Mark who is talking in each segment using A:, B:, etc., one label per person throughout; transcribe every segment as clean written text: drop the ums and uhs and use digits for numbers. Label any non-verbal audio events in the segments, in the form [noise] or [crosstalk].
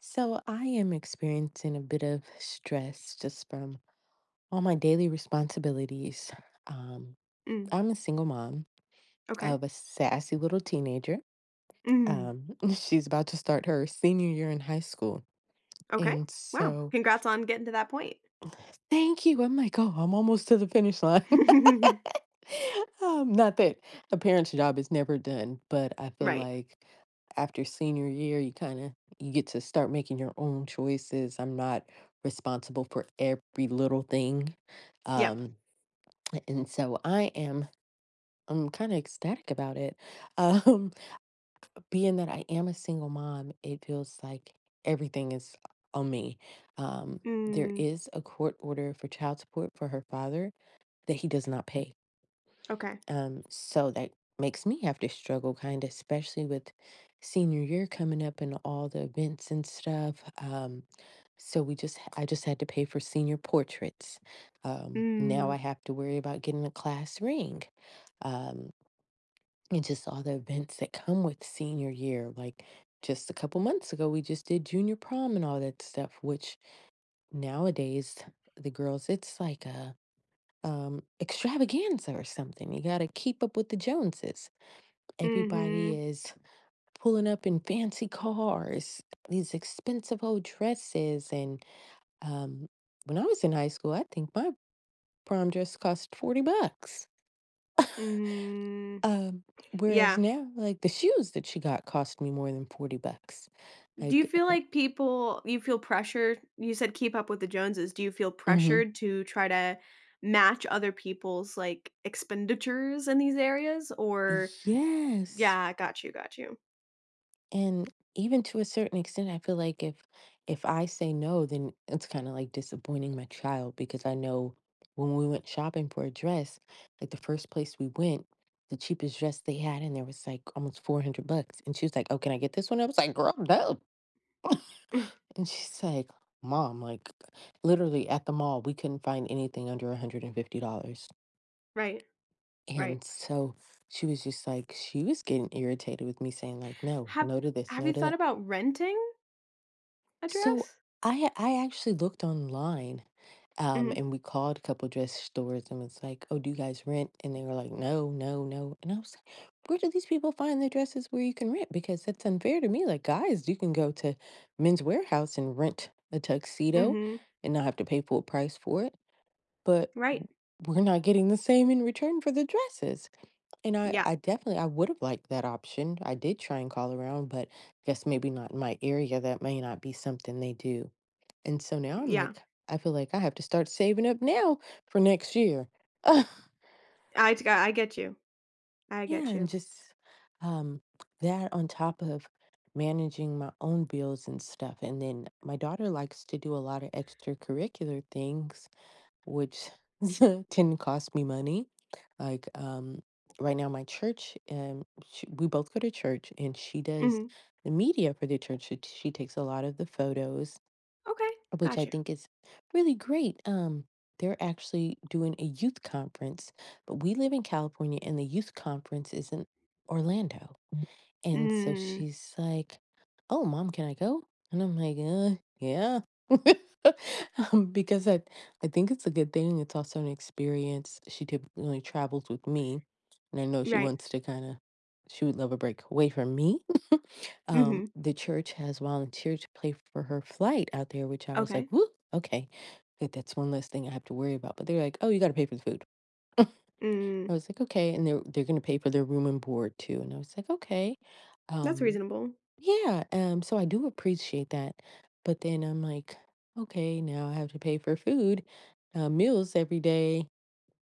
A: So I am experiencing a bit of stress just from all my daily responsibilities. Um,
B: Mm,
A: I'm a single mom
B: okay.
A: of a sassy little teenager.
B: Mhm.
A: [laughs] She's about to start her senior year in high school.
B: Okay.
A: And
B: Wow,
A: so
B: congrats on getting to that point.
A: Thank you. I'm like, "Oh, I'm almost to the finish line." [laughs]
B: [laughs]
A: Not that a parent's job is never done, but I feel
B: Right.
A: like after senior year, you get to start making your own choices. I'm not responsible for every little thing.
B: Yep.
A: Um, and so I'm kinda ecstatic about it. Um, [laughs] Being that I am a single mom, it feels like everything is on me. Um, there
B: Mm,
A: is a court order for child support for her father that he does not pay.
B: okay.
A: So that makes me have to struggle, kind of, especially with senior year coming up and all the events and stuff. So I just had to pay for senior portraits. Now I
B: Mm.
A: have to worry about getting a class ring. Um, and just all the events that come with senior year. Like, just a couple months ago, we just did junior prom and all that stuff, which nowadays, the girls, it's like a extravaganza or something. You got to keep up with the Joneses. Everybody
B: Mhm.
A: is pulling up in fancy cars, these expensive old dresses, and um when I was in high school, I think my prom dress cost $40.
B: Mhm.
A: Um Whereas
B: Yeah.
A: now, like, the shoes that she got cost me more than $40.
B: Do you
A: Like
B: feel
A: uh,
B: like people you feel pressure you said keep up with the Joneses, do you feel
A: mm-hmm.
B: pressured to try to match other people's, like, expenditures in these areas? Or
A: Yes.
B: yeah, got you, got you.
A: And even to a certain extent, I feel like if I say no, then it's kind of like disappointing my child, because I know when we went shopping for a dress, like, the first place we went, the cheapest dress they had, and there was like almost $400. And she was like, "Oh, can I get this one?" I was like, "Girl, no."
B: [laughs]
A: And she's like, "Mom, like, literally at the mall, we couldn't find anything under $150."
B: Right, right.
A: And so she was just like, she was getting irritated with me saying, like, no,
B: Have
A: no to this,
B: have
A: no
B: you
A: to
B: thought
A: that.
B: about renting a
A: So
B: dress?
A: I actually looked online,
B: Mhm,
A: and we called a couple dress stores and was like, "Oh, do you guys rent?" And they were like, "No, no, no." And I was like, "Where do these people find the dresses where you can rent? Because that's unfair to me. Like, guys, you can go to Men's Warehouse and rent a tuxedo
B: mhm.
A: and not have to pay full price for it, but
B: Right.
A: we're not getting the same in return for the dresses." And I
B: Yeah,
A: I definitely I would have liked that option. I did try and call around, but guess maybe not in my area. That may not be something they do. And so now I'm
B: yeah.
A: like, I feel like I have to start saving up now for next year. [laughs] Ugh,
B: I get you. I
A: yeah,
B: get
A: and
B: you.
A: just um that on top of managing my own bills and stuff. And then my daughter likes to do a lot of extracurricular things which [laughs] can cost me money. Like, right now, my church, sh we both go to church, and she does
B: Mhm.
A: the media for the church. She takes a lot of the photos,
B: Okay,
A: which I
B: gotcha.
A: think is really great. They're actually doing a youth conference, but we live in California, and the youth conference is in Orlando. And so
B: Mm,
A: she's like, "Oh, mom, can I go?" And I'm like, yeah." [laughs] Because I think it's a good thing. It's also an experience. She typically travels with me, and I know she
B: right.
A: wants to kind of she would love a break away from me. [laughs]
B: Mhm.
A: The church has volunteered to pay for her flight out there, which I was like,
B: Okay.
A: "Woo, okay." Good, that's one less thing I have to worry about. But they're like, "Oh, you got to pay for the food." [laughs] I
B: Mm,
A: was like, "Okay," and they're going to pay for their room and board too. And I was like, "Okay."
B: that's
A: Um,
B: reasonable.
A: yeah, so I do appreciate that, but then I'm like, okay, now I have to pay for food, meals every day,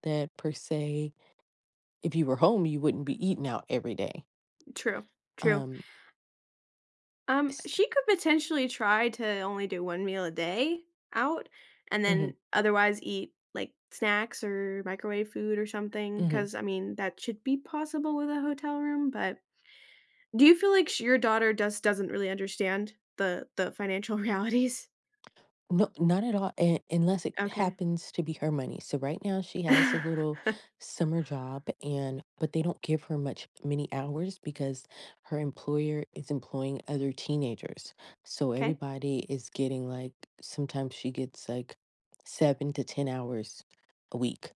A: that, per se, if you were home, you wouldn't be eating out every day.
B: True, true.
A: Um, s-
B: She could potentially try to only do 1 meal a day out and
A: mhm,
B: then otherwise eat, like, snacks or microwave food or something.
A: mhm.
B: Because I mean, that should be possible with a hotel room, but do you feel like sh your daughter just doesn't really understand the financial [laughs] realities?
A: No, not at all, and unless it
B: Okay.
A: happens to be her money. So right now she has a
B: [laughs]
A: little summer job, and but they don't give her much, many hours, because her employer is employing other teenagers. So
B: Okay.
A: everybody is getting like sometimes she gets like 7 to 10 hours a week,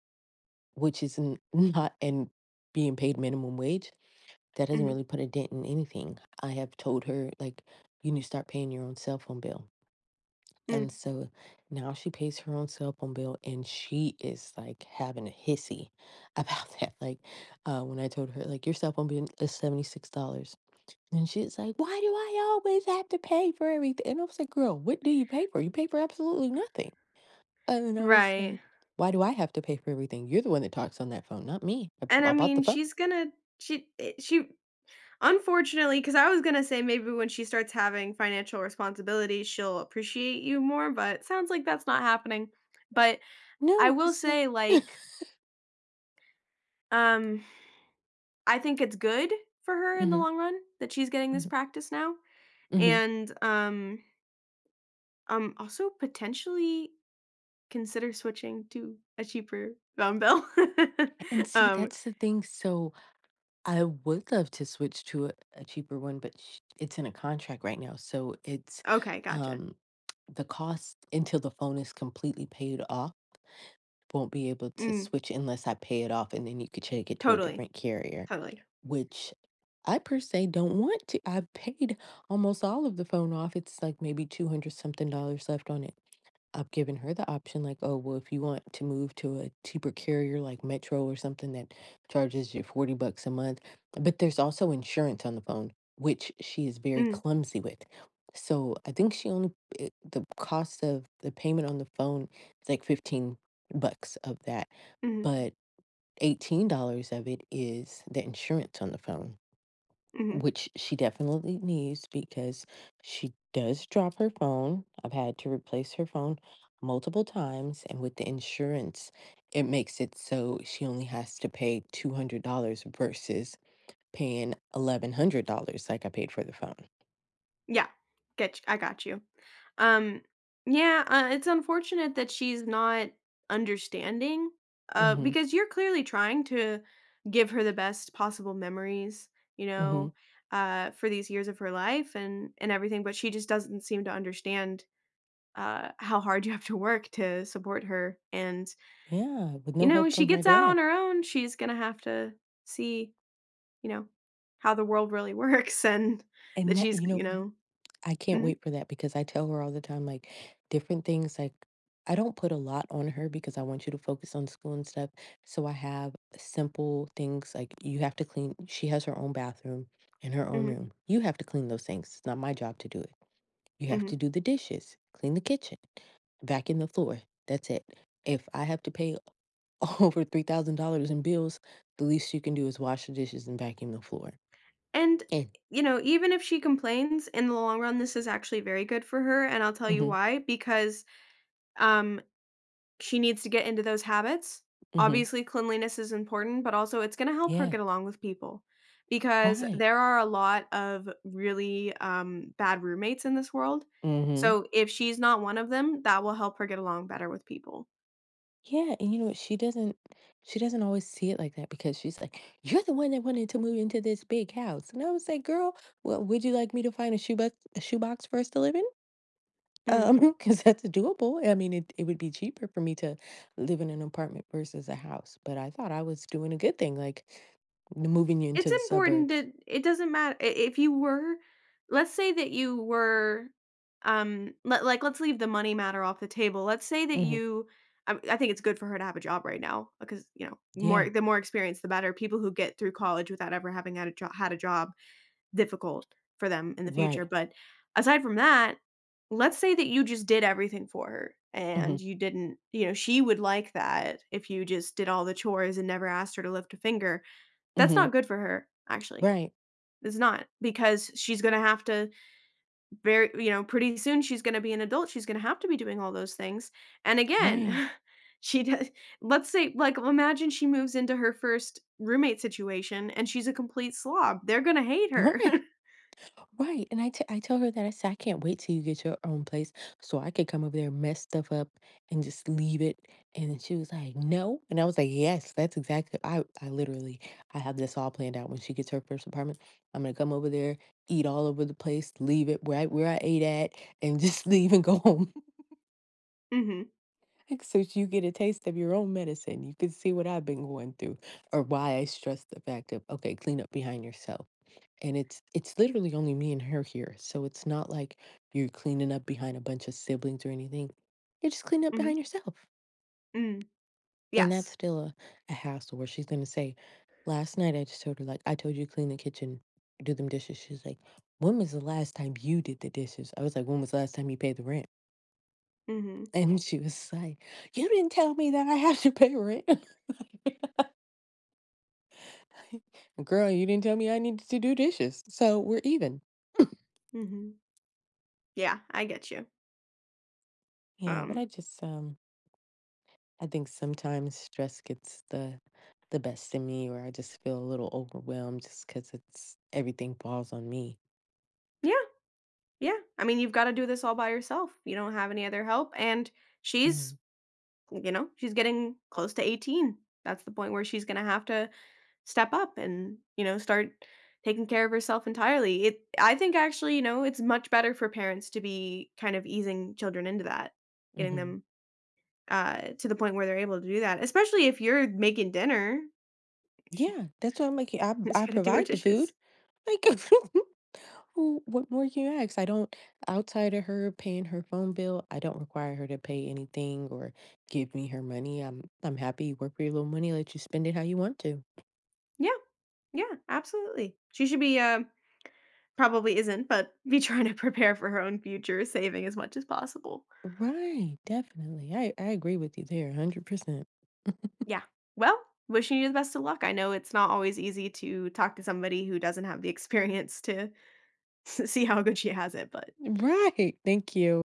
A: which is [laughs] not. And being paid minimum wage, that doesn't
B: Mhm.
A: really put a dent in anything. I have told her, like, you need to start paying your own cell phone bill. And
B: Mm.
A: so now she pays her own cell phone bill, and she is like having a hissy about [laughs] that. Like, when I told her, like, your cell phone bill is $76. And she's like, why do I always have to pay for everything? And I was like, girl, what do you pay for? You pay for absolutely nothing. And then I was
B: Right.
A: like, why do I have to pay for everything? You're the one that talks on that phone, not me. I,
B: And I
A: I bought the
B: mean,
A: phone.
B: she's gonna she unfortunately, because I was gonna say maybe when she starts having financial responsibilities, she'll appreciate you more, but it sounds like that's not happening. But I
A: No,
B: will
A: because like,
B: say,
A: [laughs]
B: like, um, I think it's good for her in the
A: hmm.
B: long run that she's getting this
A: Hmm.
B: practice now,
A: Hmm.
B: and, also potentially consider switching to a cheaper dumbbell. [laughs]
A: And see,
B: Um,
A: that's the thing. So, I would love to switch to a cheaper one, but it's in a contract right now. So it's
B: okay, gotcha.
A: um, the cost until the phone is completely paid off. Won't be able to
B: Mm,
A: switch unless I pay it off, and then you could take it to a
B: totally,
A: different carrier,
B: totally.
A: which I, per se, don't want to. I've paid almost all of the phone off. It's like maybe 200 something dollars left on it. I've given her the option, like, "Oh, well, if you want to move to a cheaper carrier like Metro or something that charges you $40 a month," but there's also insurance on the phone, which she is very
B: Mm,
A: clumsy with. So I think the cost of the payment on the phone is like $15 of that,
B: mhm,
A: but $18 of it is the insurance on the phone,
B: mhm.
A: which she definitely needs because she does drop her phone. I've had to replace her phone multiple times, and with the insurance, it makes it so she only has to pay $200 versus paying $1,100 like I paid for the phone.
B: Yeah, get I got you. Um, yeah, it's unfortunate that she's not understanding,
A: Mm-hmm.
B: because you're clearly trying to give her the best possible memories, you
A: Mm-hmm.
B: know, for these years of her life and everything, but she just doesn't seem to understand how hard you have to work to support her. And
A: Yeah, with
B: you
A: no
B: know,
A: help
B: she
A: from her
B: gets out on
A: dad.
B: her own, she's gonna have to see, you know, how the world really [laughs] works and
A: And
B: that
A: that,
B: she's,
A: you know
B: you
A: what?
B: know.
A: I can't
B: Mhm,
A: wait for that, because I tell her all the time, like, different things. Like, I don't put a lot on her because I want you to focus on school and stuff. So I have simple things, like, you have to clean. She has her own bathroom and her own
B: mhm,
A: room. You have to clean those things. It's not my job to do it. You have to
B: mhm.
A: do the dishes, clean the kitchen, vacuum the floor. That's it. If I have to pay [laughs] over $3,000 in bills, the least you can do is wash the dishes and vacuum the floor.
B: And,
A: And,
B: you know, even if she complains, in the long run, this is actually very good for her, and I'll tell you
A: mm-hmm,
B: why, because, um, she needs to get into those habits.
A: mm-hmm,
B: Obviously, cleanliness is important, but also it's gonna help her
A: yeah,
B: get along with people because
A: right.
B: there are a lot of really, bad roommates in this world.
A: Mm-hmm.
B: So if she's not one of them, that will help her get along better with people.
A: Yeah, and you know what? She doesn't always see it like that, because she's like, "You're the one that wanted to move into this big house." And I was like, "Girl, well, would you like me to find a shoebox for us to live in?"
B: Mm.
A: [laughs] Because that's doable. I mean, it would be cheaper for me to live in an apartment versus a house. But I thought I was doing a good thing, like moving you into
B: It's
A: the
B: important
A: suburbs.
B: that it doesn't matter I if you were, let's say that you were, let like, let's leave the money matter off the table. Let's say that
A: Hmm.
B: you I think it's good for her to have a job right now because, you know,
A: Yeah,
B: more the more experience, the better. People who get through college without ever having had a job, difficult for them in the
A: right.
B: future. But aside from that, let's say that you just did everything for her
A: Hmm.
B: and you didn't, you know, she would like that if you just did all the chores and never asked her to lift a finger. That's
A: Hmm.
B: not good for her, actually.
A: Right,
B: It's not, because she's gonna have to, very you know, pretty soon she's gonna be an adult, she's gonna have to be doing all those things, and
A: right,
B: again, [laughs] she does, let's say, like, imagine she moves into her first roommate situation and she's a complete slob, they're gonna hate
A: [laughs]
B: her. [laughs]
A: right. Right, and I tell her that I said, "I can't wait till you get your own place so I could come over there, mess stuff up, and just leave it." And then she was like, "No," and I was like, "Yes, that's exactly." I literally I have this all planned out. When she gets her first apartment, I'm gonna come over there, eat all over the place, leave it where I ate at, and [laughs] just leave and go home. [laughs]
B: Mhm,
A: Like, so you get a taste of your own medicine. You can see what I've been going through, or why I stress the fact of, okay, clean up behind yourself. And it's literally only me and her here, so it's not like you're cleaning up behind a bunch of siblings or anything. You're just cleaning up behind
B: mhm,
A: yourself.
B: mm,
A: And that's
B: yes.
A: still a hassle, where she's going to say, last night I just told her, like, I told you to clean the kitchen, do them dishes. She's like, when was the last time you did the dishes? I was like, when was the last time you paid the rent?
B: Mhm,
A: [laughs] And she was like, you didn't tell me that I have to pay rent. [laughs] Girl, you didn't tell me I needed to do dishes, so we're even. [laughs]
B: mhm. Yeah, I get you.
A: Yeah, but
B: Um,
A: I think sometimes stress gets the best in me, or I just feel a little overwhelmed just because it's everything falls on me.
B: yeah, yeah. I mean, you've gotta do this all by yourself, you don't have any other help, and she's you know, she's getting close to 18. That's the point where she's going to have to step up and, you know, start taking care of herself entirely. It I think actually, you know, it's much better for parents to be kind of easing children into that, getting
A: Mm-hmm.
B: them to the point where they're able to do that, especially if you're making dinner. She-
A: Yeah, that's why I'm like, I
B: [laughs] she's
A: I
B: got to do her
A: provide the food.
B: dishes.
A: Like, [laughs] what more can you ask? I don't, outside of her paying her phone bill, I don't require her to pay anything or give me her money. I'm happy you work for your little money, let you spend it how you want to.
B: Yeah. Yeah, absolutely. She should be, probably isn't, but be trying to prepare for her own future, saving as much as possible.
A: Right, definitely. I agree with you there, 100%.
B: Yeah. Well, wishing you the best of luck. I know it's not always easy to talk to somebody who doesn't have the experience to [laughs] see how good she has it, but
A: Right. Thank you.